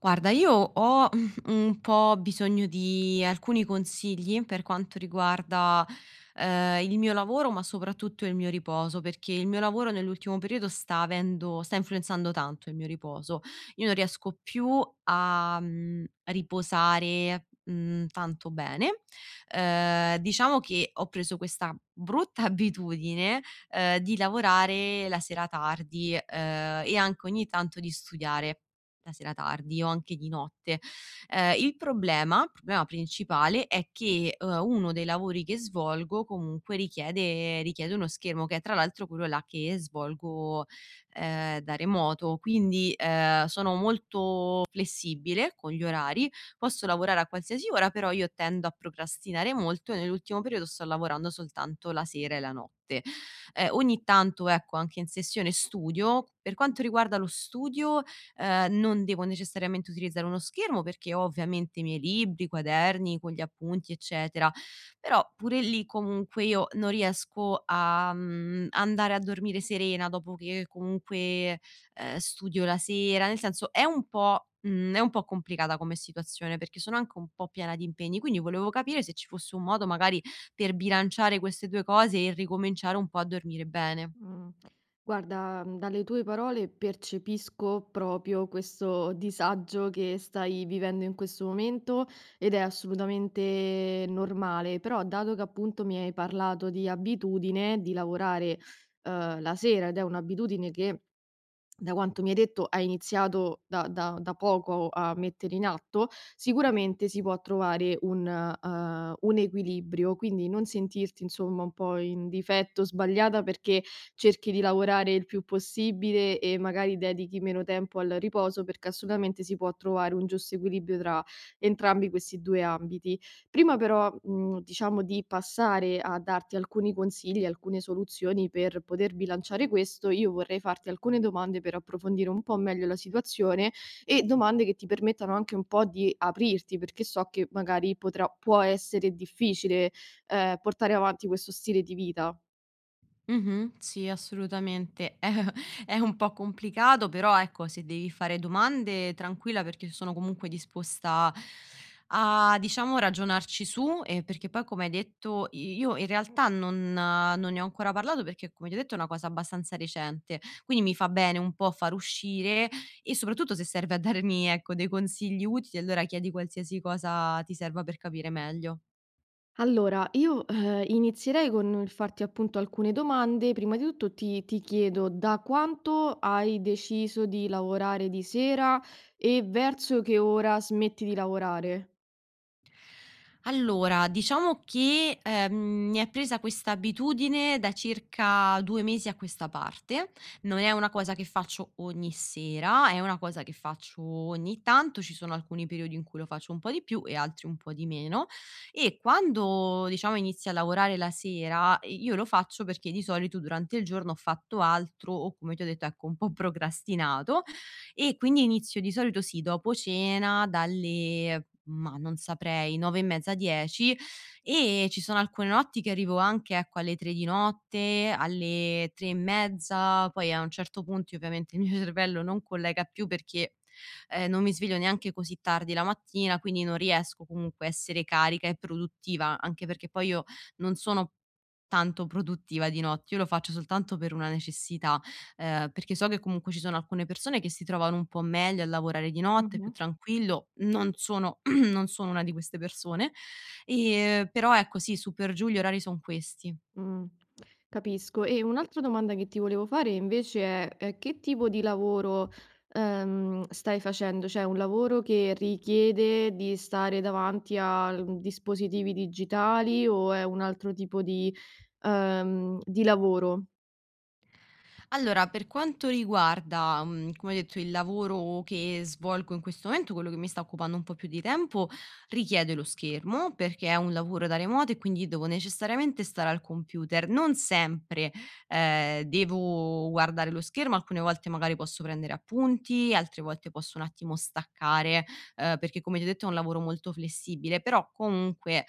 Guarda, io ho un po' bisogno di alcuni consigli per quanto riguarda, il mio lavoro, ma soprattutto il mio riposo, perché il mio lavoro nell'ultimo periodo sta influenzando tanto il mio riposo. Io non riesco più a, riposare, tanto bene. Diciamo che ho preso questa brutta abitudine, di lavorare la sera tardi, e anche ogni tanto di studiare la sera tardi o anche di notte. Il problema principale è che, uno dei lavori che svolgo comunque richiede uno schermo, che è tra l'altro quello là che svolgo, da remoto. Quindi, sono molto flessibile con gli orari, posso lavorare a qualsiasi ora, però io tendo a procrastinare molto e nell'ultimo periodo sto lavorando soltanto la sera e la notte. Ogni tanto, ecco, anche in sessione studio. Per quanto riguarda lo studio, non devo necessariamente utilizzare uno schermo perché ho ovviamente i miei libri, i quaderni con gli appunti, eccetera. Però pure lì comunque io non riesco a, andare a dormire serena dopo che comunque, studio la sera, nel senso è un po' è un po' complicata come situazione perché sono anche un po' piena di impegni, quindi volevo capire se ci fosse un modo magari per bilanciare queste 2 cose e ricominciare un po' a dormire bene. Mh. Guarda, dalle tue parole percepisco proprio questo disagio che stai vivendo in questo momento ed è assolutamente normale, però dato che appunto mi hai parlato di abitudine, di lavorare, la sera ed è un'abitudine che da quanto mi hai detto hai iniziato da poco a mettere in atto, sicuramente si può trovare un equilibrio, quindi non sentirti insomma un po' in difetto, sbagliata perché cerchi di lavorare il più possibile e magari dedichi meno tempo al riposo, perché assolutamente si può trovare un giusto equilibrio tra entrambi questi 2 ambiti. Prima però, diciamo di passare a darti alcuni consigli, alcune soluzioni per poter bilanciare questo, io vorrei farti alcune domande per approfondire un po' meglio la situazione e domande che ti permettano anche un po' di aprirti, perché so che magari potrà può essere difficile, portare avanti questo stile di vita. Mh-mh. Sì, assolutamente. È un po' complicato, però ecco, se devi fare domande tranquilla perché sono comunque disposta a, diciamo, ragionarci su, perché poi come hai detto i io in realtà non ne ho ancora parlato perché, come ti ho detto, è una cosa abbastanza recente, quindi mi fa bene un po' far uscire e soprattutto se serve a darmi, ecco, dei consigli utili, allora chiedi qualsiasi cosa ti serva per capire meglio. Allora, io, inizierei con il farti appunto alcune domande. Prima di tutto ti chiedo: da quanto hai deciso di lavorare di sera e verso che ora smetti di lavorare? Allora, diciamo che, mi è presa questa abitudine da circa 2 mesi a questa parte. Non è una cosa che faccio ogni sera, è una cosa che faccio ogni tanto, ci sono alcuni periodi in cui lo faccio un po' di più e altri un po' di meno. E quando, diciamo, inizio a lavorare la sera, i io lo faccio perché di solito durante il giorno ho fatto altro o, come ti ho detto, ecco, un po' procrastinato e quindi inizio di solito sì, dopo cena dalle mah, non saprei, 9 e mezza, 10 e ci sono alcune notti che arrivo anche, ecco, alle 3 di notte, alle 3 e mezza, poi a un certo punto ovviamente il mio cervello non collega più perché, non mi sveglio neanche così tardi la mattina, quindi non riesco comunque a essere carica e produttiva, anche perché poi io non sono tanto produttiva di notte, io lo faccio soltanto per una necessità perché so che comunque ci sono alcune persone che si trovano un po' meglio a lavorare di notte, più Mh-mh. tranquillo, non sono non sono una di queste persone, però ecco sì, su per giù gli orari son questi. Mh, capisco. E un'altra domanda che ti volevo fare invece è, che tipo di lavoro, stai facendo? Cioè un lavoro che richiede di stare davanti a l dispositivi digitali o è un altro tipo di lavoro? Allora, per quanto riguarda, come ho detto, il lavoro che svolgo in questo momento, quello che mi sta occupando un po' più di tempo, richiede lo schermo, perché è un lavoro da remoto e quindi devo necessariamente stare al computer. Non sempre, devo guardare lo schermo, alcune volte magari posso prendere appunti, altre volte posso un attimo staccare, perché come ti ho detto è un lavoro molto flessibile, però comunque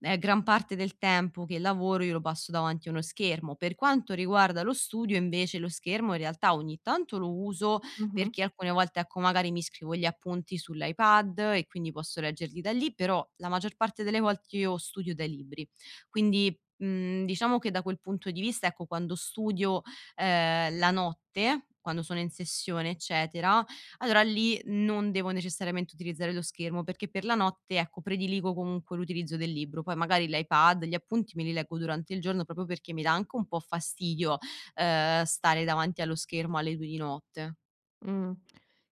gran parte del tempo che lavoro io lo passo davanti a uno schermo. Per quanto riguarda lo studio invece, lo schermo in realtà ogni tanto lo uso Mh-mh. perché alcune volte, ecco, magari mi scrivo gli appunti sull'iPad e quindi posso leggerli da lì, però la maggior parte delle volte io studio dai libri. Quindi, diciamo che da quel punto di vista, ecco, quando studio, la notte, quando sono in sessione eccetera, allora lì non devo necessariamente utilizzare lo schermo, perché per la notte, ecco, prediligo comunque l'utilizzo del libro. Poi magari l'iPad, gli appunti me li leggo durante il giorno proprio perché mi dà anche un po' fastidio, stare davanti allo schermo alle 2 di notte. Mh,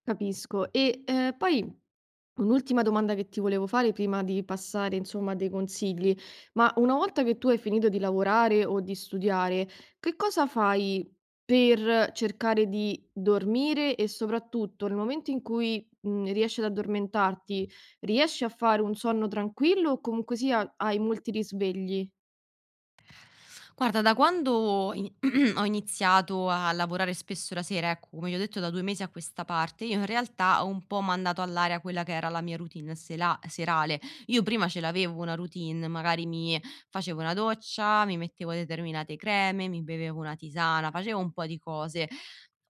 capisco. E, poi un'ultima domanda che ti volevo fare prima di passare, insomma, a dei consigli. Ma una volta che tu hai finito di lavorare o di studiare, che cosa fai per cercare di dormire e soprattutto nel momento in cui, riesci ad addormentarti, riesci a fare un sonno tranquillo o comunque sia hai molti risvegli? Guarda, da quando in ho iniziato a lavorare spesso la sera, ecco, come ti ho detto da 2 mesi a questa parte, io in realtà ho un po' mandato all'aria quella che era la mia routine sela serale. Io prima ce l'avevo una routine, magari mi facevo una doccia, mi mettevo determinate creme, mi bevevo una tisana, facevo un po' di cose.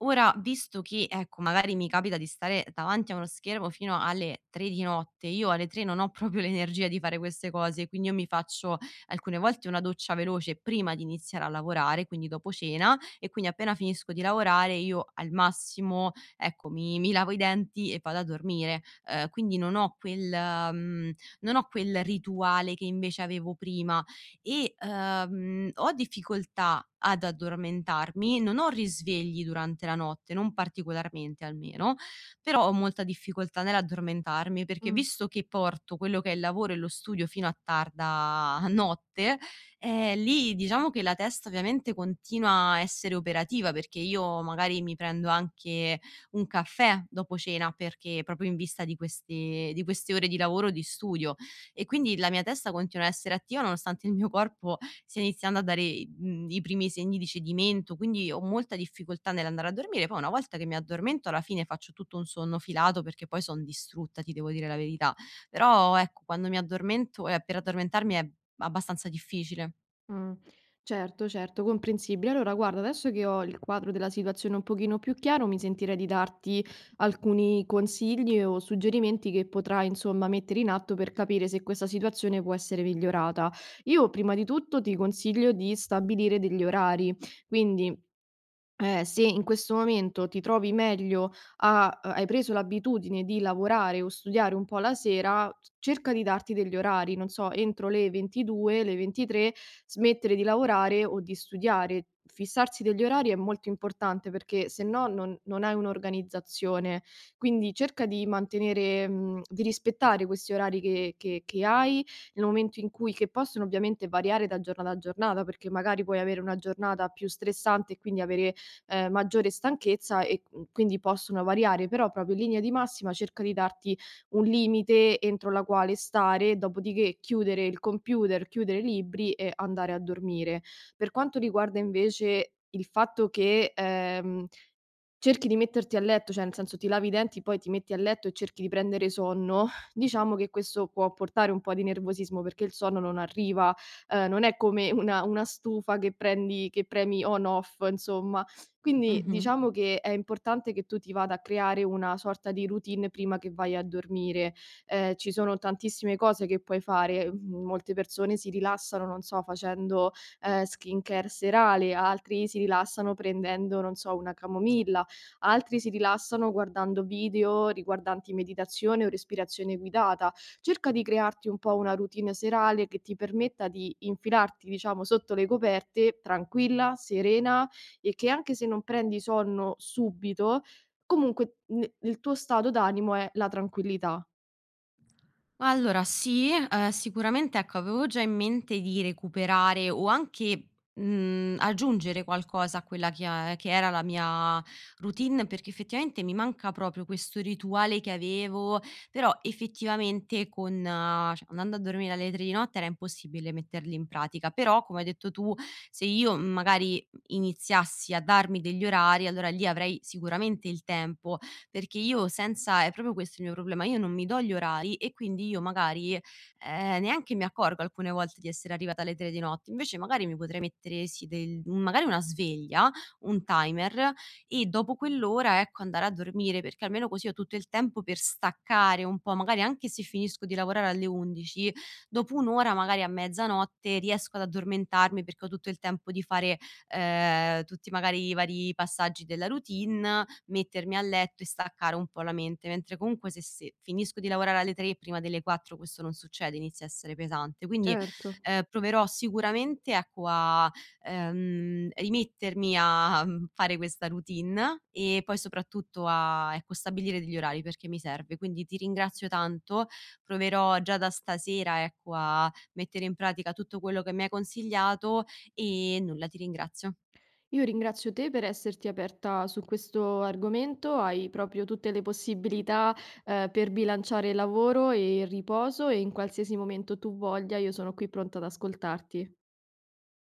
Ora, visto che, ecco, magari mi capita di stare davanti a uno schermo fino alle 3 di notte, io alle 3 non ho proprio l'energia di fare queste cose, quindi io mi faccio alcune volte una doccia veloce prima di iniziare a lavorare, quindi dopo cena e quindi appena finisco di lavorare io al massimo, ecco, mi lavo i denti e vado a dormire. Quindi non ho quel mhmm, non ho quel rituale che invece avevo prima e, ho difficoltà ad addormentarmi, non ho risvegli durante la notte, non particolarmente almeno, però ho molta difficoltà nell'addormentarmi, perché Mh. visto che porto quello che è il lavoro e lo studio fino a tarda notte, lì diciamo che la testa ovviamente continua a essere operativa, perché io magari mi prendo anche un caffè dopo cena, perché proprio in vista di queste ore di lavoro, e di studio e quindi la mia testa continua a essere attiva nonostante il mio corpo stia iniziando a dare i i primi segni di cedimento, quindi ho molta difficoltà nell'andare a dormire. Poi una volta che mi addormento alla fine faccio tutto un sonno filato perché poi son distrutta, ti devo dire la verità. Però ecco, quando mi addormento, per addormentarmi è abbastanza difficile. Mh. Certo, certo, comprensibile. Allora guarda, adesso che ho il quadro della situazione un pochino più chiaro, mi sentirei di darti alcuni consigli o suggerimenti che potrai, insomma, mettere in atto per capire se questa situazione può essere migliorata. Io prima di tutto ti consiglio di stabilire degli orari, quindi se in questo momento ti trovi meglio a hai preso l'abitudine di lavorare o studiare un po' la sera, c cerca di darti degli orari, non so, entro le 22, le 23 smettere di lavorare o di studiare. Fissarsi degli orari è molto importante perché se no non hai un'organizzazione. Quindi cerca di mantenere di rispettare questi orari che hai, nel momento in cui che possono ovviamente variare da giornata a giornata, perché magari puoi avere una giornata più stressante e quindi avere maggiore stanchezza e, quindi possono variare, però proprio in linea di massima cerca di darti un limite entro la quale stare, dopodiché chiudere il computer, chiudere i libri e andare a dormire. Per quanto riguarda invece il fatto che, cerchi di metterti a letto, cioè nel senso ti lavi i denti, poi ti metti a letto e cerchi di prendere sonno, diciamo che questo può portare un po' di nervosismo perché il sonno non arriva, non è come una stufa che prendi che premi on off insomma. Quindi Mh-mh. diciamo che è importante che tu ti vada a creare una sorta di routine prima che vai a dormire. Ci sono tantissime cose che puoi fare, molte persone si rilassano, non so, facendo, skincare serale, altri si rilassano prendendo, non so, una camomilla, altri si rilassano guardando video riguardanti meditazione o respirazione guidata. Cerca di crearti un po' una routine serale che ti permetta di infilarti, diciamo, sotto le coperte tranquilla, serena e che anche se non prendi sonno subito, comunque n il tuo stato d'animo è la tranquillità. Allora sì, sicuramente ecco, avevo già in mente di recuperare o anche, aggiungere qualcosa a quella che a che era la mia routine, perché effettivamente mi manca proprio questo rituale che avevo, però effettivamente con cioè andando a dormire alle 3 di notte era impossibile metterli in pratica. Però, come hai detto tu, se io magari iniziassi a darmi degli orari, allora lì avrei sicuramente il tempo perché io senza è proprio questo il mio problema, io non mi do gli orari e quindi io magari, neanche mi accorgo alcune volte di essere arrivata alle 3 di notte, invece magari mi potrei mettere sì del magari una sveglia, un timer e dopo quell'ora, ecco, andare a dormire, perché almeno così ho tutto il tempo per staccare un po', magari anche se finisco di lavorare alle 11, dopo 1 ora, magari a mezzanotte riesco ad addormentarmi perché ho tutto il tempo di fare, tutti magari i vari passaggi della routine mettermi a letto e staccare un po' la mente, mentre comunque se finisco di lavorare alle 3 e prima delle 4 questo non succede, inizia a essere pesante. Quindi, Certo. Proverò sicuramente, ecco, a, rimettermi a, fare questa routine e poi soprattutto a, ecco, stabilire degli orari perché mi serve. Quindi ti ringrazio tanto, proverò già da stasera, ecco, a mettere in pratica tutto quello che mi hai consigliato e nulla, ti ringrazio. Io ringrazio te per esserti aperta su questo argomento, hai proprio tutte le possibilità, per bilanciare lavoro e riposo e in qualsiasi momento tu voglia io sono qui pronta ad ascoltarti.